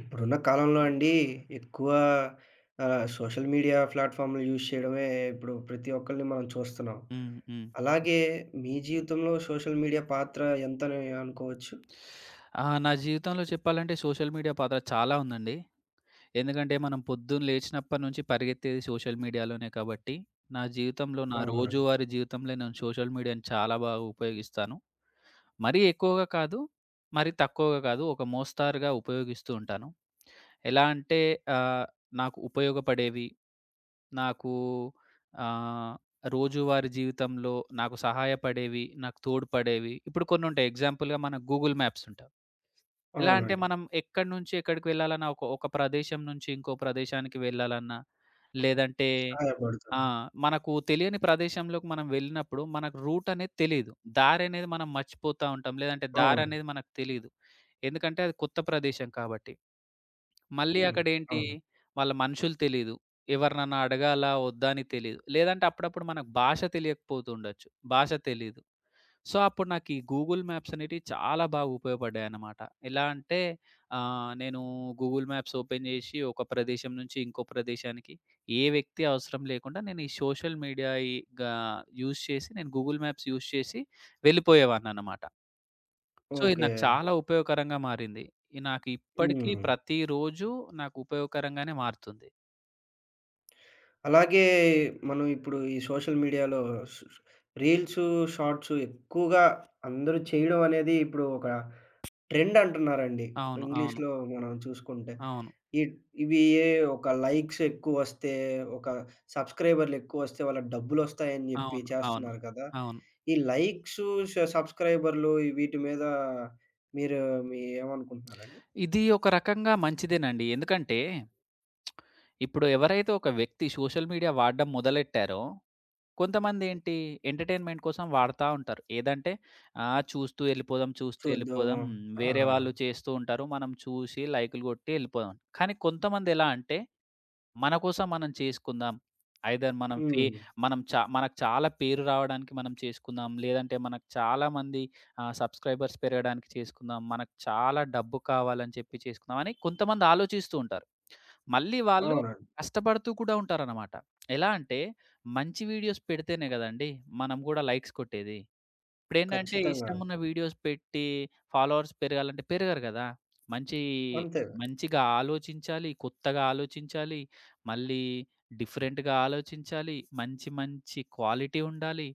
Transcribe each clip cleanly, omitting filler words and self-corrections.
ఇప్పుడున్న కాలంలో అండి ఎక్కువ సోషల్ మీడియా ప్లాట్‌ఫామ్‌లు యూజ్ చేయడమే ఇప్పుడు ప్రతి ఒక్కళ్ళని మనం చూస్తున్నాం. హ్మ్. హ్మ్. అలాగే మీ జీవితంలో సోషల్ మీడియా పాత్ర ఎంతని అనుకోవచ్చు? ఆ! నా జీవితంలో చెప్పాలంటే సోషల్ మీడియా పాత్ర చాలా ఉందండి. ఎందుకంటే మనం పొద్దున్న లేచినప్పటి నుంచి పరిగెత్తేది సోషల్ మీడియాలోనే కాబట్టి, నా జీవితంలో నా అవునండి. రోజువారీ జీవితంలో నేను సోషల్ మీడియాని చాలా బాగా ఉపయోగిస్తాను. మరీ ఎక్కువగా కాదు, మరీ తక్కువగా కాదు. ఒక మోస్తారుగా ఉపయోగిస్తూ ఉంటాను. ఎలా అంటే ఆహ్, నాకు ఉపయోగపడేవి, నాకు ఆహ్, రోజువారీ జీవితంలో నాకు సహాయపడేవి, నాకు తోడ్పడేవి ఇప్పుడు కొన్ని ఉంటాయి. ఎగ్జాంపుల్‌గా మనకు గూగుల్ మ్యాప్స్ ఉంటాయి. ఎలా అంటే అవునండి. మనం ఎక్కడి నుంచి ఎక్కడికి వెళ్ళాలన్నా ఒక ఒక ప్రదేశం నుంచి ఇంకో ప్రదేశానికి వెళ్ళాలన్నా, లేదంటే ఆ! సహాయపడుతుంది. మనకు తెలియని ప్రదేశంలోకి మనం వెళ్ళినప్పుడు మనకు రూట్ అనేది తెలీదు. దారనేది మనం మర్చిపోతా ఉంటాం. లేదంటే అవును. దారనేది మనకు తెలీదు. ఎందుకంటే అది కొత్త ప్రదేశం కాబట్టి. మళ్ళీ హ్మ్. అక్కడేంటి అవును. వాళ్ళ మనుషులు తెలీదు. ఎవరినన్నా అడగాలా? వద్దా? అని తెలీదు. లేదంటే అప్పుడప్పుడు మనకు భాష తెలియకపోతుండొచ్చు. భాష తెలీదు. సో, అప్పుడు నాకీ గూగుల్ మ్యాప్స్ అనేటివి చాలా బాగా ఉపయోగపడ్డాయన్నమాట. ఎలా అంటే నేను గూగుల్ మ్యాప్స్ ఓపెన్ జేసి ఒక ప్రదేశం నుంచి ఇంకో ప్రదేశానికి ఏ వ్యక్తి అవసరం లేకుండా నేను ఈ సోషల్ మీడియా ఈ గా యూజ్ చేసి నేను గూగుల్ మ్యాప్స్ యూజ్ చేసి వెళ్ళిపోయేవాడినన్నమాట. సో, ఇది ఓకే. నాకు చాలా ఉపయోగకరంగా మారింది. ఇది నాకు ఇప్పటికీ హ్మ్. ప్రతిరోజు నాకు ఉపయోగకరంగానే మారుతుంది. అలాగే మనం ఇప్పుడు ఈ సోషల్ మీడియాలో స్ రీల్సు, షార్ట్సు ఎక్కువగా అందరూ చేయడం అనేది ఇప్పుడు ఒక ట్రెండ్ అంటున్నారండి. అవును. అవును. ఇంగ్లీష్‌లో మనం చూసుకుంటే అవును. ఈ ఇవి ఒక లైక్స్ ఎక్కువొస్తే, ఒక సబ్స్క్రైబర్‌లు ఎక్కువొస్తే వాళ్ళకి డబ్బులొస్తాయని జెప్పి అవును. అవును. చేస్తున్నారు కదా! అవును. ఈ లైక్సు, సబ్స్క్రైబర్‌లు వీటి మీద మీరు మీ ఏమనుకుంటున్నారండి? ఇది ఒక రకంగా మంచిదేనండి. ఎందుకంటే ఇప్పుడు ఎవరైతే ఒక వ్యక్తి సోషల్ మీడియా వాడడం మొదలెట్టారో, కొంతమంది ఏంటి ఎంటర్‌టైన్‌మెంట్ కోసం వాడతా ఉంటారు. ఏదంటే చూస్తూ ఎళ్ళిపోదాం, చూస్తూ చూద్దాం. ఎళ్ళిపోదాం. ఆ! వేరే వాళ్ళు చేస్తూ ఉంటారు. మనం చూసి లైకులు కొట్టి ఎళ్ళిపోదాం. కానీ కొంతమంది ఎలా అంటే మన కోసం మనం చేసుకుందాం. ఐదర్ మనం ఫే హ్మ్. మనం చ మనకు చాలా పేరు రావడానికి మనం చేసుకుందాం. లేదంటే మనకు చాలామంది సబ్‌స్క్రైబర్స్ పెరగడానికి చేసుకుందాం. మనకు చాలా డబ్బు కావాలని చెప్పి చేసుకుందాం అని కొంతమంది ఆలోచిస్తూ ఉంటారు. మళ్ళీ వాళ్ళు అవునండి. కష్టపడుతూ కూడా ఉంటారనమాట. ఎలా అంటే, మంచి వీడియోస్ పెడితేనే గదండీ మనం గూడా లైక్స్ కొట్టేది. ఇప్పుడేంటంటే, ఖచ్చితంగా. ఇష్టమున్న వీడియోస్ పెట్టి ఫాలోవర్స్ పెరగాలంటే పెరగరు గదా! మంచి అంతేగా. మంచిగా ఆలోచించాలి, కొత్తగా ఆలోచించాలి, మళ్ళీ డిఫరెంట్‌గా ఆలోచించాలి, మంచి మంచి క్వాలిటీ ఉండాలి,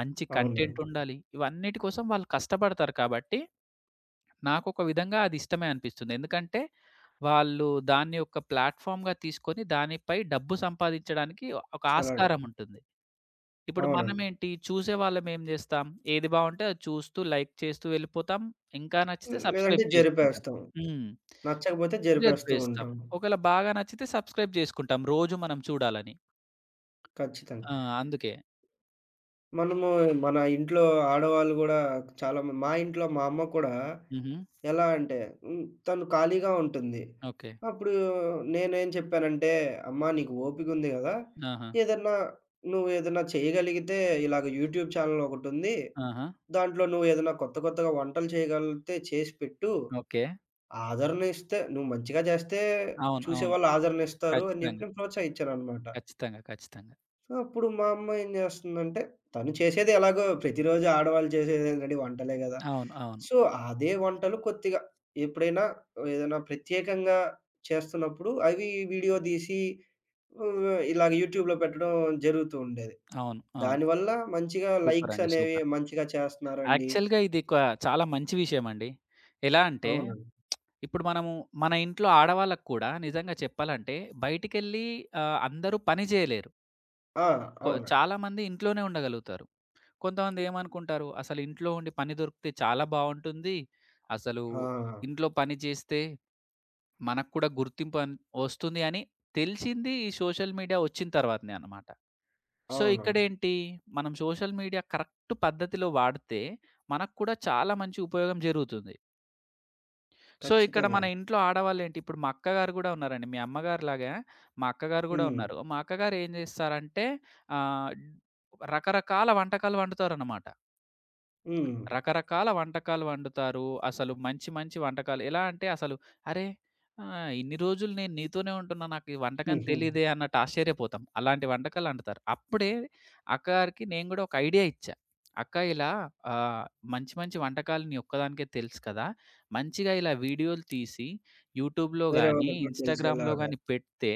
మంచి కంటెంట్ అవునండి. ఉండాలి. ఇవన్నిటి కోసం వాళ్ళు కష్టపడతారు కాబట్టి నాకొక విధంగా అది ఇష్టమే అనిపిస్తుంది. ఎందుకంటే, వాళ్ళు దాన్ని ఒక ప్లాట్‌ఫార్మ్‌గా తీసుకొని దానిపై డబ్బు సంపాదించడానికి ఒక చలండి. ఆస్కారం ఉంటుంది. ఇప్పుడు అవునండి. మనమేంటి చూసేవాళ్ళం ఏం జేస్తాం, ఏది బావుంటే అది చూస్తూ, లైక్ చేస్తూ వెళ్ళిపోతాం. ఇంకా నచ్చితే లేదంటే సబ్‌స్క్రైబ్ చేసుకుంటాం. జరిపేస్తాం. హ్మ్. నచ్చకపోతే జరిపేస్తూ జరిపేస్తాం. ఉంటాం. ఒకవేళ బాగా నచ్చితే సబ్‌స్క్రైబ్ జేసుకుంటాం రోజు మనం చూడాలని. ఖచ్చితంగా. ఆ! అందుకే. మనము మన ఇంట్లో ఆడవాళ్ళు గూడా చాలా మా ఇంట్లో మా అమ్మ కూడా హుహు. ఎలా అంటే హ్మ్, తను ఖాళీగా ఉంటుంది. ఓకే. అప్పుడు నేనేం చెప్పానంటే, "అమ్మా నీకు ఓపికుంది గదా! ఆహా! ఏదన్నా నువ్వేదన్నా చేయగలిగితే ఇలాగ యూట్యూబ్ ఛానెల్ ఒకటుంది. ఆహా! దాంట్లో నువ్వేదన్నా కొత్త కొత్తగా వంటలు చేయగలిగితే చేసి పెట్టు. ఓకే. ఆదరణ ఇస్తే నువ్వు మంచిగా జేస్తే అవును. అవును. చూసేవాళ్ళు ఆదరణ ఇస్తారు" అని జెప్పి ఖచ్చితంగా. నేను ప్రోత్సహించాననమాట. ఖచ్చితంగా. ఖచ్చితంగా. అప్పుడు మా అమ్మ ఏం జేస్తుందంటే, తను చేసేది ఎలాగో ప్రతిరోజు ఆడవాళ్ళు చేసేది ఆల్రెడీ వంటలే గదా! అవును. అవును. సో, అదే వంటలు కొద్దిగా ఎప్పుడైనా ఏదైనా ప్రత్యేకంగా చేస్తున్నప్పుడు అవి వీడియో దీసి ఇలాగ యూట్యూబ్‌లో పెట్టడం జరుగుతూ ఉండేది. అవును. అవును. దానివల్ల మంచిగా సూపర్ లైక్స్ అండి. అనేవి సూపర్. మంచిగా చేస్తున్నారండి. యాక్చువల్‌గా ఇది క చాలా మంచి విషయమండి. ఎలా అంటే, అవునండి. ఇప్పుడు మనము మన ఇంట్లో ఆడవాళ్ళకి కూడా నిజంగా చెప్పాలంటే బయటికెళ్ళి అందరూ పని చేయలేరు. ఆ! అవునండి. చాలామంది ఇంట్లోనే ఉండగలుగుతారు. కొంతమంది ఏమనుకుంటారు, అసలు ఇంట్లో ఉండి పని దొరికితే చాలా బావుంటుంది. అసలు ఆ! ఇంట్లో పని చేస్తే మనకు కూడా గుర్తింపు అన్ వస్తుంది అని తెలిసింది ఈ సోషల్ మీడియా వచ్చిన తర్వాతనే అన్నమాట. సో, అవునవును. ఇక్కడేంటి మనం సోషల్ మీడియా కరెక్ట్ పద్ధతిలో వాడితే మనకు కూడా చాలా మంచి ఉపయోగం జరుగుతుంది. సో, ఇక్కడ ఖచ్చితంగా మన అండి. ఇంట్లో ఆడవాళ్ళేంటి ఇప్పుడు మా అక్కగారు గూడా ఉన్నారండి. మీ అమ్మగారిలాగా మా అక్కగారు గూడా హ్మ్. ఉన్నారు. మా అక్కగారు ఏం జేస్తారంటే ఆహ్, రకరకాల వంటకాలు వండుతారనమాట. హ్మ్. రకరకాల వంటకాలు వండుతారు. అసలు మంచి, మంచి వంటకాలు. ఎలా అంటే అసలు అరే! ఇన్ని రోజులు నేను నీతోనే ఉంటున్నా. నాకు ఈ వంటకం తెలీదే అన్నట్టు ఆశ్చర్యపోతాం. అలాంటి వంటకాలు వండుతారు. అప్పుడే అక్క గారికి నేను గూడా ఒక ఐడియా ఇచ్చా. అక్క ఇలా ఆహ్, మంచి, మంచి వంటకాలు నీ ఒక్కదానికే తెలుసు కదా! మంచిగా ఇలా వీడియోలు తీసి యూట్యూబ్‌లో వేరే గాని, వాళ్ళకి గూడా ఇన్‌స్టాగ్రామ్‌లో తెలిసేలాగా. గాని పెడితే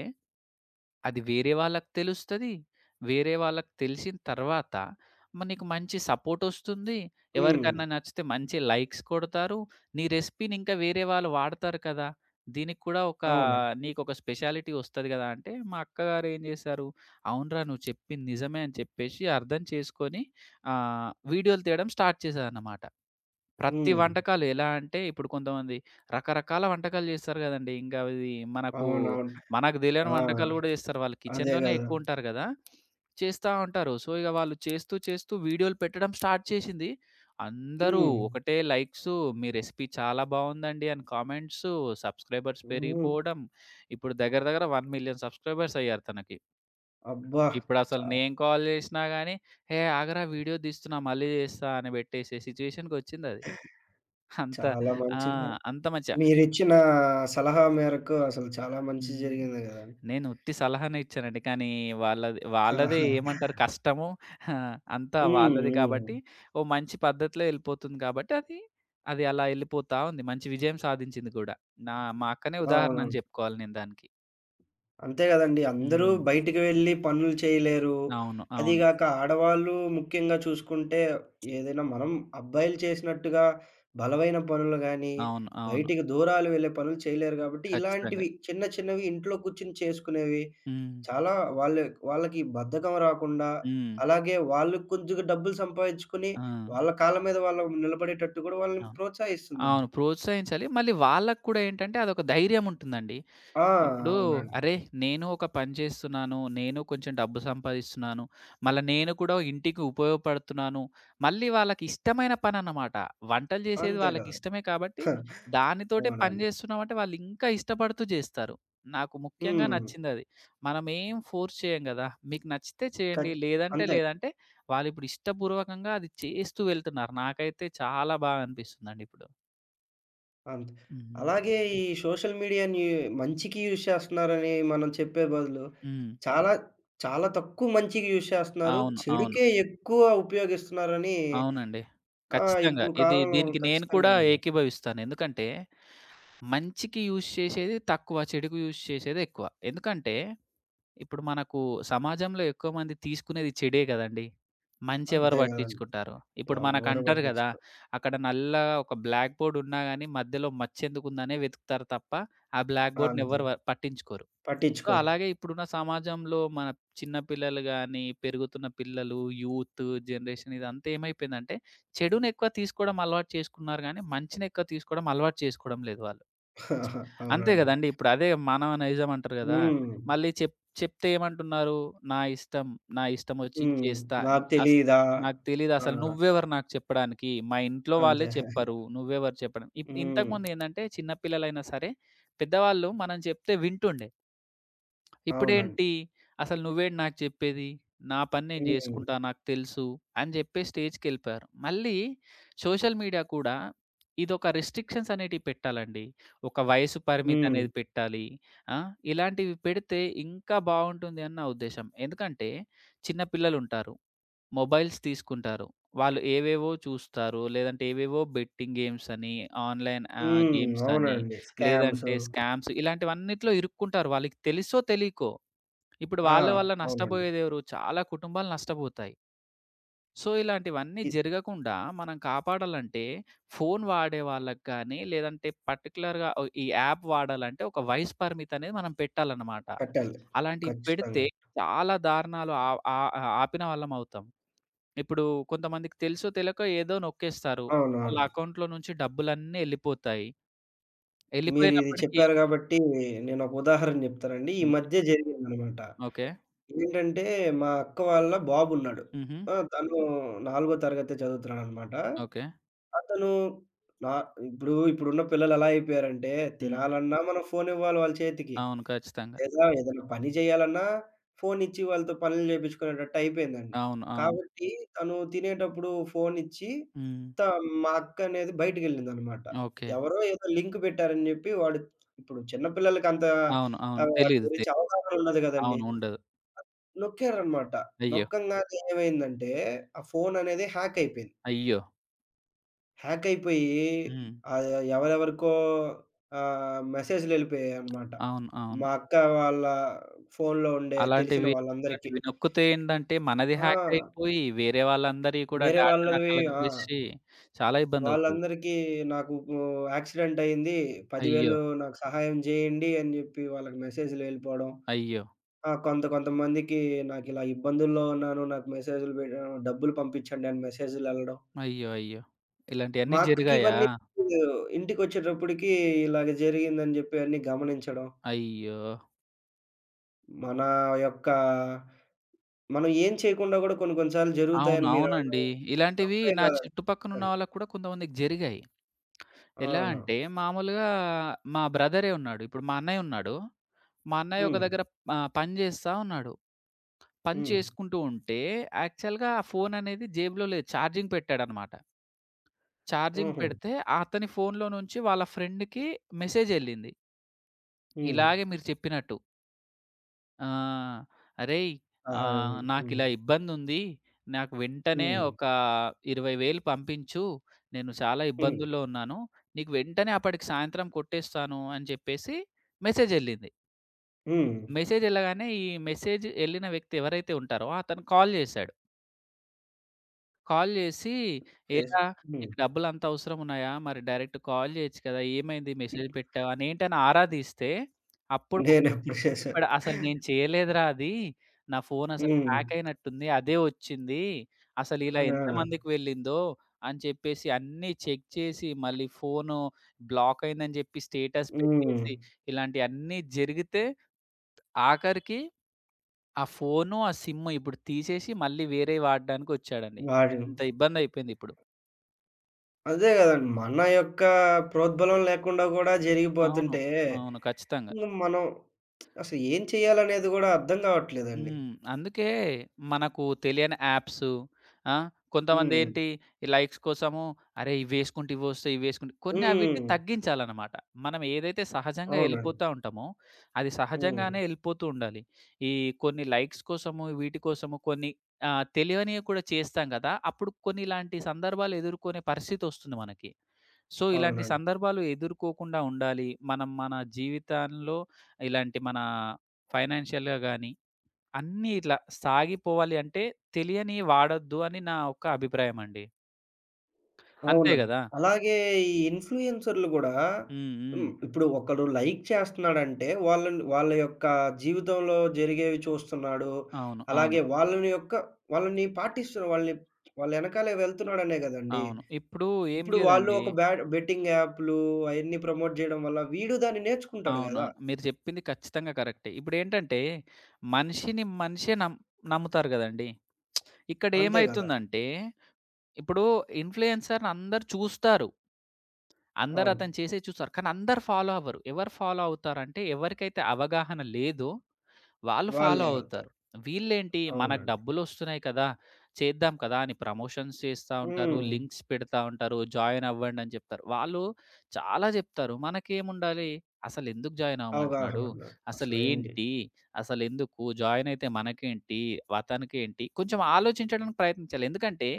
అది వేరే వాళ్ళకి తెలుస్తది. వేరే వాళ్ళకి తెలిసిన తర్వాత నీకు మంచి సపోర్టొస్తుంది. హ్మ్. ఎవరికన్నా నచ్చితే మంచి లైక్స్ కొడతారు. నీ రెసిపీని ఇంకా వేరే వాళ్ళు వాడతారు కదా! దీనికి కూడా ఒక అవును. నీకొక స్పెషాలిటీ వస్తది గదా! అంటే మా అక్కగారు ఏం జేశారు, అవునురా! నువ్వు చెప్పింది నిజమే అని చెప్పేసి అర్థం చేసుకొని ఆహ్, వీడియోలు తీయడం స్టార్ట్ చేశారన్నమాట. ప్రతి హ్మ్. వంటకాలు ఎలా అంటే ఇప్పుడు కొంతమంది రకరకాల వంటకాలు చేస్తారు గదండీ. ఇంకా ఇది మనకు అవునవును. మనకు దెలియని ఆ! వంటకాలు గూడా జేస్తారు. వాళ్ళు అదే కిచెన్‌లోనే గదా! ఎక్కువుంటారు గదా! చేస్తా ఉంటారు. సో, ఇగ వాళ్ళు చేస్తూ చేస్తూ వీడియోలు పెట్టడం స్టార్ట్ చేసింది. అందరూ హ్మ్. ఒకటే లైక్సు, మీ రెసిపీ చాలా బావుందండి అని కామెంట్సు, సబ్స్క్రైబర్స్ హ్మ్. పెరిగిపోవడం. ఇప్పుడు దగ్గర దగ్గర 1,000,000 సబ్స్క్రైబర్స్ అయ్యారు తనకి. అబ్బా! ఇప్పుడసలు చా నేను కాల్ జేసినా గానీ, "హే! ఆగరా వీడియో తీస్తున్నా మళ్ళీ జేస్తా" అని పెట్టేసే సిచ్యువేషన్‌కొచ్చిందది. అంత చాలా ఆ! మంచిగా అంత మంచిగా మీరిచ్చిన సలహా మేరకు అసలు చాలా మంచి హ్మ్. జరిగింది గదా! నేను ఉత్తి సలహానే ఇచ్చానండి. కానీ వాళ్ళది వాళ్ళదే ఆహా! ఏమంటారు కష్టము ఆ! అంతా హ్మ్. వాళ్ళది హ్మ్. కాబట్టి, ఓ మంచి పద్ధతిలో ఎళ్ళిపోతుంది కాబట్టి అది, అది అలా ఎళ్ళిపోతా ఉంది. మంచి విజయం సాధించింది గూడా. నా మా అక్కనే ఉదాహరణ అని అవునవును. జెప్పుకోవాలి నేను దానికి. అంతే గదండీ! అందరూ హ్మ్. బయటికి వెళ్లి పనులు చేయలేరు. అవును. అది అవును. గాక ఆడవాళ్ళు ముఖ్యంగా చూసుకుంటే ఏదైనా మనం అబ్బాయిలు చేసినట్టుగా బలమైన పనులు గాని, అవును. అవును. బయటికి దూరాలు వెళ్ళే పనులు చేయలేరు గాబట్టి, ఖచ్చితంగా. ఇలాంటివి చిన్న చిన్నవి ఇంట్లో కూర్చొని చేసుకునేవి హ్మ్. చాలా వాళ్ళ వాళ్ళకి బద్ధకం రాకుండా, హ్మ్. అలాగే వాళ్ళు కొద్దిగా డబ్బులు సంపాదించుకొని, ఆ! వాళ్ళ కాళ్ళ మీద వాళ్ళు నిలబడేటట్టు గూడా వాళ్ళని అవును. అవును. ప్రోత్సహిస్తుందండి. ప్రోత్సహించాలి. మళ్ళీ వాళ్ళకి కూడా ఏంటంటే అదొక ధైర్యం ఉంటుందండి. ఆ! ఇప్పుడు అవునండి. అరే! నేను ఒక పని చేస్తున్నాను. నేను కొంచెం డబ్బు సంపాదిస్తున్నాను. మళ్ళా నేను కూడా ఇంటికి ఉపయోగపడుతున్నాను. మళ్ళీ వాళ్ళకిష్టమైన పనన్నమాట. వంటలు చేసేది అంతే గదా! వాళ్ళకిష్టమే కాబట్టి దానితోటే పని అవునండి. చేస్తున్నామంటే వాళ్ళింకా ఇష్టపడుతూ చేస్తారు. నాకు ముఖ్యంగా హ్మ్. నచ్చిందది. మనమేం ఫోర్స్ చేయం గదా! మీకు నచ్చితే చేయండి. ఖచ్ లేదంటే అంతే. లేదంటే వాళ్ళిప్పుడు ఇష్టపూర్వకంగా అది చేస్తూ వెళ్తున్నారు. నాకైతే చాలా బాగా అనిపిస్తుందండి ఇప్పుడు. అంతే. హుహు. అలాగే ఈ సోషల్ మీడియాని మంచికి యూజ్ చేస్తున్నారని మనం చెప్పే బదులు, హ్మ్. చాలా చాలా తక్కువ మంచికి యూజ్ చేస్తున్నారు. అవును. అవును. చెడుకే ఎక్కువ ఉపయోగిస్తున్నారని అవునండి. ఖచ్చితంగా. ఇప్పుడు ఇది కాలంలో దీనికి నేను కూడా ఖచ్చితంగా అండి. ఏకీభవిస్తాను. ఎందుకంటే, మంచికి యూజ్ చేసేది తక్కువ, చెడుకు యూజ్ చేసేది ఎక్కువ. ఎందుకంటే, ఇప్పుడు మనకు సమాజంలో ఎక్కువ మంది తీసుకునేది చెడే గదండీ! మంచి ఎవరు అంతే గదండీ! పట్టించుకుంటారు? ఇప్పుడు ఎవ్వరు మనకంటారు గదా! పట్టించుకోరు. అక్కడ నల్లగా ఒక బ్లాక్ బోర్డ్ ఉన్నా గాని మధ్యలో మచ్చెందుకుందనే వెతుకుతారు తప్ప, ఆ బ్లాక్ బోర్డ్‌ని అంతే. ఎవ్వరు పట్టించుకోరు. సో, పట్టించుకోరు. అలాగే ఇప్పుడున్న సమాజంలో మన చిన్న పిల్లలు గాని, పెరుగుతున్న పిల్లలు, యూత్ జనరేషన్ ఇదంతా ఏమైపోయిందంటే, చెడుని ఎక్కువ తీసుకోవడం అలవాటు చేసుకున్నారు గానీ, మంచిని ఎక్కువ తీసుకోవడం అలవాటు చేసుకోవడం లేదు వాళ్ళు. అంతే అవునండి. గదండీ! ఇప్పుడు అదే మానవ నైజం అంటారు గదా! హ్మ్. మళ్ళీ చెప్తే ఏమంటున్నారు? నా ఇష్టం. నా ఇష్టం వచ్చింది హ్మ్. చేస్తా. నాకు అస తెలీదా? నాకు తెలీదు ఆ! అసలు నువ్వెవరు నాకు చెప్పడానికి? మా ఇంట్లో వాళ్ళే అంతే. చెప్పరు. నువ్వెవరు చెప్పడం? హ్మ్. ఇంతకుముందు ఏందంటే, చిన్న పిల్లలైనా సరే, పెద్దవాళ్ళు మనం చెప్తే వింటుండే. అవునండి. ఇప్పుడేంటి? అసలు నువ్వేంటి నాకు చెప్పేది? నా పని నేను హ్మ్. జేసుకుంటా. నాకు తెలుసు అని జెప్పి స్టేజ్‌కెళ్ళిపోయారు. మళ్ళీ సోషల్ మీడియా కూడా ఇదొక రిస్ట్రిక్షన్స్ అనేటివి పెట్టాలండి. ఒక వయసు పరిమితి హ్మ్. అనేది పెట్టాలి. ఆ! ఇలాంటివి పెడితే ఇంకా బావుంటుంది అని నా ఉద్దేశ్యం. ఎందుకంటే చిన్న పిల్లలుంటారు. మొబైల్స్ తీసుకుంటారు. వాళ్ళు ఏవేవో చూస్తారు. లేదంటే ఏవేవో బెట్టింగ్ గేమ్స్ అని, ఆన్‌లైన్ హ్మ్. గేమ్స్ అని, అవునండి. స్కామ్స్. లేదంటే స్కామ్స్ ఇలాంటివన్నిట్లో ఇరుక్కుంటారు. వాళ్ళకి తెలుసో తెలీకో. ఇప్పుడు ఆ! వాళ్ళ వల్ల అవునండి. నష్టపోయేదెవరు? చాలా కుటుంబాలు నష్టపోతాయి. సో, ఇలాంటివన్నీ ఇది జరగకుండా మనం కాపాడాలంటే ఫోను వాడే వాళ్ళకి గానీ, లేదంటే పర్టిక్యులర్‌గా ఓ ఈ యాప్ వాడాలంటే ఒక వయసు పరిమితి అనేది మనం పెట్టాలన్నమాట. కట్టాలి. అలాంటివి పెడితే ఖచ్చితంగా. చాలా దారుణాలు ఆవ్ ఆ ఆ ఆపిన వాళ్ళమవుతాం. ఇప్పుడు కొంతమందికి తెలుసో తెలకో ఏదో నొక్కేస్తారు. వాళ్ళ అవునవును. అకౌంట్‌లో నుంచి డబ్బులన్నీ ఎళ్ళిపోతాయి. మీరిది ఎళ్ళిపోయినప్పటికి చెప్పారు కాబట్టి నేనొక ఉదాహరణ చెప్తానండి. ఈ హ్మ్. మధ్య చెప్పండి. జరిగిందనమాట. ఓకే. ఏంటంటే మా అక్క వాళ్ళ బాబున్నాడు. హుహు. ఆ! తను నాలుగో తరగతే చదువుతున్నాడనమాట. ఓకే. అతను నా ఇప్పుడు ఇప్పుడున్న పిల్లలు ఎలా అయిపోయారంటే, హ్మ్. తినాలన్నా మనం ఫోను ఇవ్వాలి వాళ్ళ చేతికి. అవును. ఖచ్చితంగా. లేదా ఏదైనా పని చేయాలన్నా ఫోనిచ్చి వాళ్ళతో పనులు చేపించుకునేటట్టు అయిపోయిందండి. అవును. అవును. కాబట్టి తను తినేటప్పుడు ఫోనిచ్చి హ్మ్. త మా అక్క అనేది బయటికెళ్ళిందనమాట. ఓకే. ఎవరో ఏదో లింక్ పెట్టారని జెప్పి వాడు ఇప్పుడు చిన్న పిల్లలకి అంత అవును. అవును. వాటి తెలీదు. తె గురించి అవగాహన ఉండదు గదండీ. అవును. ఉండదు. నొక్కారనమాట. అయ్యో! నొక్కంగానే ఏమైందంటే, ఆ ఫోననేది హ్యాక్ అయిపోయింది. అయ్యో! హ్యాక్ అయిపోయి హ్మ్. ఎవరెవరికో మెసేజ్‌లెళ్ళిపోయాయన్నమాట. అవును. అవును. మా అక్క వాళ్ళ ఫోన్‌లో ఉండే తెలిసిన అలాంటివి వాళ్ళందరికీ. ఇలాంటివి నొక్కితే ఏందంటే మనది హ్యాక్ ఆ! అయిపోయి వేరే వాళ్ళందరియి కూడా వేరే డేటా వాళ్ళవి కలెక్ట్ ఆ! జేసి చాలా ఇబ్బందవుతది. వాళ్ళందరికీ నాకు గు యాక్సిడెంట్ అయింది. అయ్యో! 10,000 నాకు సహాయం జేయండి అని జెప్పి వాళ్ళకి మెసేజ్‌లు వెళ్ళిపోవడం. అయ్యో! ఆ! కొంత కొంతమందికి నాకిలా ఇబ్బందుల్లో ఉన్నాను. నాకు మెసేజ్‌లు డబ్బులు పంపించండి అని మెసేజ్‌లెళ్ళడం. అయ్యో! అయ్యో! ఇలాంటియన్నీ మా అక్కకి జరిగాయా? ఇవన్నీ ఇంటికొచ్చేటప్పటికి ఇలాగ జరిగిందని జెప్పి అన్నీ గమనించడం, అయ్యో! మన యొక్క మనం ఏం చేయకుండా గూడా కొన్ని కొన్ని సార్లు అవును. జరుగుతాయని మీరనడం అవునండి. ఇలాంటివి తప్పే నా గాదండి చుట్టుపక్కనున్న ఖచ్చితంగా. వాళ్ళకి కూడా కొంతమందికి జరిగాయి. ఎలా ఆ! అంటే మామూలుగా మా బ్రదరే ఉన్నాడు. ఇప్పుడు మా అన్నయ్య ఉన్నాడు. మా అన్నయ్య ఒక హ్మ్. దగ్గర పని జేస్తా ఉన్నాడు. పని హ్మ్. చేసుకుంటూ ఉంటే యాక్చువల్‌గా ఆ ఫోననేది జేబులో లేదు. ఛార్జింగ్ పెట్టాడనమాట. ఛార్జింగ్ హుహు. పెడితే అతని ఫోన్‌లో నుంచి వాళ్ళ ఫ్రెండ్‌కి మెసేజెళ్ళింది. హ్మ్. ఇలాగే మీరు చెప్పినట్టు. ఆహ్, "అరేయ్! ఆహా! హ్మ్. హ్మ్. నాకిలా ఇబ్బందుంది. నాకు వెంటనే హ్మ్. ఒక 20,000 పంపించు. నేను చాలా హ్మ్. ఇబ్బందుల్లో ఉన్నాను. నీకు వెంటనే అప్పటికి సాయంత్రం కొట్టేస్తాను" అని చెప్పేసి మెసేజెళ్ళింది. హ్మ్. మెసేజెళ్ళగానే ఈ మెసేజ్ ఎళ్ళిన వ్యక్తి ఎవరైతే ఉంటారో అతను కాల్ జేశాడు. కాల్ జేసి, చేస్ "ఏరా హ్మ్. నీకు డబ్బులంత అవసరమున్నాయా? మరి డైరెక్ట్ కాల్ జేయొచ్చు కదా! ఏమైంది? మెసేజ్ పెట్టావా?" అని ఏంటని ఆరా తీస్తే, అప్పుడు మనోడు నేనెప్పుడు చేశాను. చెప్పాడు, "అసలు నేను చేయలేదురా అది. నా ఫోన్ అసలు హ్మ్. హ్యాక్ అయినట్టుంది. అదే వచ్చింది. అసలు ఇలా ఆ! ఎంతమందికి వెళ్ళిందో" అని చెప్పేసి అన్నీ చెక్ చేసి, మళ్ళీ ఫోను బ్లాక్ అయిందని జెప్పి స్టేటస్ హ్మ్. పెట్టేసి, ఇలాంటియన్నీ జరిగితే ఆఖరికి ఆ ఫోను, ఆ సిమ్ ఇప్పుడు తీసేసి మళ్ళీ వేరేవి వాడడానికొచ్చాడండి. వాడిని ఇంత ఇబ్బందయిపోయిందిప్పుడు. అదే గదండి. మన యొక్క ప్రోద్బలం లేకుండా గూడా అవును. జరిగిపోతుంటే అవును. ఖచ్చితంగా. ఇంగ మనం అసలు ఏం చేయాలనేది గూడా అర్థం గావట్లేదండి. హ్మ్. అందుకే మనకు తెలియని యాప్స్ ఆ! కొంతమంది హ్మ్. ఏంటి ఈ లైక్స్ కోసము అరే! ఇవేసుకుంటే ఇవొస్తాయి, ఇవేసుకుంటే కొన్ని అవిటిని హ్మ్. తగ్గించాలనమాట. మనం ఏదైతే సహజంగా అవునండి. ఎళ్ళిపోతా ఉంటామో, అది హ్మ్. సహజంగానే ఎళ్ళిపోతూ ఉండాలి. ఈ కొన్ని లైక్స్ కోసము, వీటి కోసము కొన్ని తెలియనివి కూడా చేస్తాం గదా! అప్పుడు కొన్ని ఇలాంటి సందర్భాలు ఎదుర్కొనే పరిస్థితొస్తుంది మనకి. సో, ఇలాంటి అవునండి. సందర్భాలు ఎదుర్కోకుండా ఉండాలి. మనం మన జీవితంలో ఇలాంటి మన ఫైనాన్షియల్‌గా గాని అన్నీ ఇట్లా సాగిపోవాలి అంటే తెలియని వాడొద్దు అని నా ఒక అభిప్రాయమండి. అంతే అవునండి. గదా! అలాగే ఈ ఇన్‌ఫ్లుయెన్సర్‌లు గూడా హ్మ్. హ్మ్. హ్మ్. ఇప్పుడు ఒకడు లైక్ చేస్తున్నాడంటే, వాళ్ళని వాళ్ళ యొక్క జీవితంలో జరిగేవి చూస్తున్నాడు. అవును. అవును. అలాగే వాళ్ళని యొక్క వాళ్ళని పాటిస్తున్న వాళ్ళని వాళ్ళ ఎనకాలే వెళ్తున్నాడనే గదండీ! అవును. ఇప్పుడు ఏం ఇప్పుడు వాళ్ళు లేదండి. ఒక బ్యాడ్ బెట్టింగ్ యాప్‌లు అయన్నీ ప్రమోట్ జేయడం వల్ల వీడు దాన్ని నేర్చుకుంటాడు గదా! అవునవును. మీరు చెప్పింది ఖచ్చితంగా కరెక్టే. ఇప్పుడేంటంటే మనిషిని మనిషే నమ్ నమ్ముతారు గదండీ! అంతే గదా! ఇక్కడేమైతుందంటే ఇప్పుడు ఇన్‌ఫ్లుయెన్సర్‌ని అందరూ చూస్తారు. అందరూ అవును. అతను చేసేది చూస్తారు. కానీ అందరూ ఫాలో అవ్వరు. ఎవరు ఫాలో అవుతారంటే ఎవరికైతే అవగాహన లేదో వాళ్ళు ఫాలో వాళ్ళే అవుతారు. అవుతారు. వీళ్ళేంటి మనకు అవునండి. డబ్బులొస్తున్నాయి కదా! చేద్దాం కదా! అని ప్రమోషన్స్ చేస్తా ఉంటారు. హ్మ్. లింక్స్ పెడతా ఉంటారు. జాయిన్ అవ్వండి అని చెప్తారు. వాళ్ళు చాలా చెప్తారు. మనకేముండాలి? అసలెందుకు జాయిన్ అవ్వమంటున్నాడు? అవగాహనుండ అసలేంటి అసలేంటి? అసలెందుకు? జాయిన్ అయితే మనకేంటి? అతనికేంటి? కొంచెం ఆలోచించడానికి ప్రయత్నించాలి. ఎందుకంటే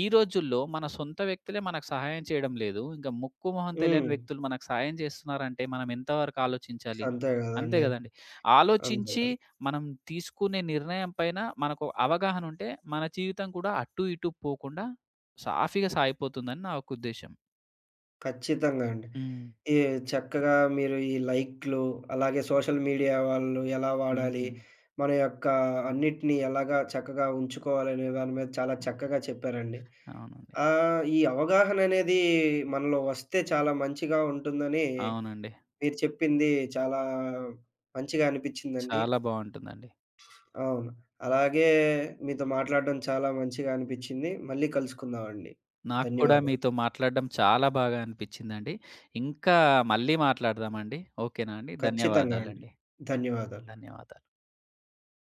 ఈ రోజుల్లో మన సొంత వ్యక్తులే మనకు సహాయం చేయడం లేదు. ఇంకా ముక్కు, మొహం తెలియని హ్మ్. వ్యక్తులు మనకు సహాయం చేస్తున్నారంటే మనం ఎంతవరకు ఆలోచించాలి? అంతే అంతే గదండీ. కదండీ. అంతే ఆలోచించి గదా! మనం తీసుకునే నిర్ణయం పైన మనకు అవగాహన ఉంటే, మన జీవితం కూడా అటు ఇటు పోకుండా సాఫీగా సాగిపోతుందని నా యొక్క ఉద్దేశ్యం. ఖచ్చితంగా అండి. హ్మ్. ఈ చక్కగా మీరు ఈ లైక్‌లు, అలాగే సోషల్ మీడియా వాళ్ళు ఎలా వాడాలి, హ్మ్. మన యొక్క అన్నిటిని ఎలాగా చక్కగా ఉంచుకోవాలనే దాని మీద చాలా చక్కగా చెప్పారండి. అవునండి. ఈ అవగాహననేది మనలో వస్తే చాలా మంచిగా ఉంటుందని అవునండి. మీరు చెప్పింది చాలా మంచిగా అనిపిచ్చిందండి. చాలా బావుంటుందండి. అవును. అలాగే మీతో మాట్లాడడం చాలా మంచిగా అనిపిచ్చింది. మళ్ళీ కలుసుకుందామండి. నాకు కూడా ధన్యవాదాలు. మీతో మాట్లాడడం చాలా బాగా అనిపిచ్చిందండి. ఇంకా మళ్ళీ మాట్లాడదామండి. ఓకేనా అండి. ఖచ్చితంగా అండి. ధన్యవాదాలండి. ధన్యవాదాలు. ధన్యవాదాలు.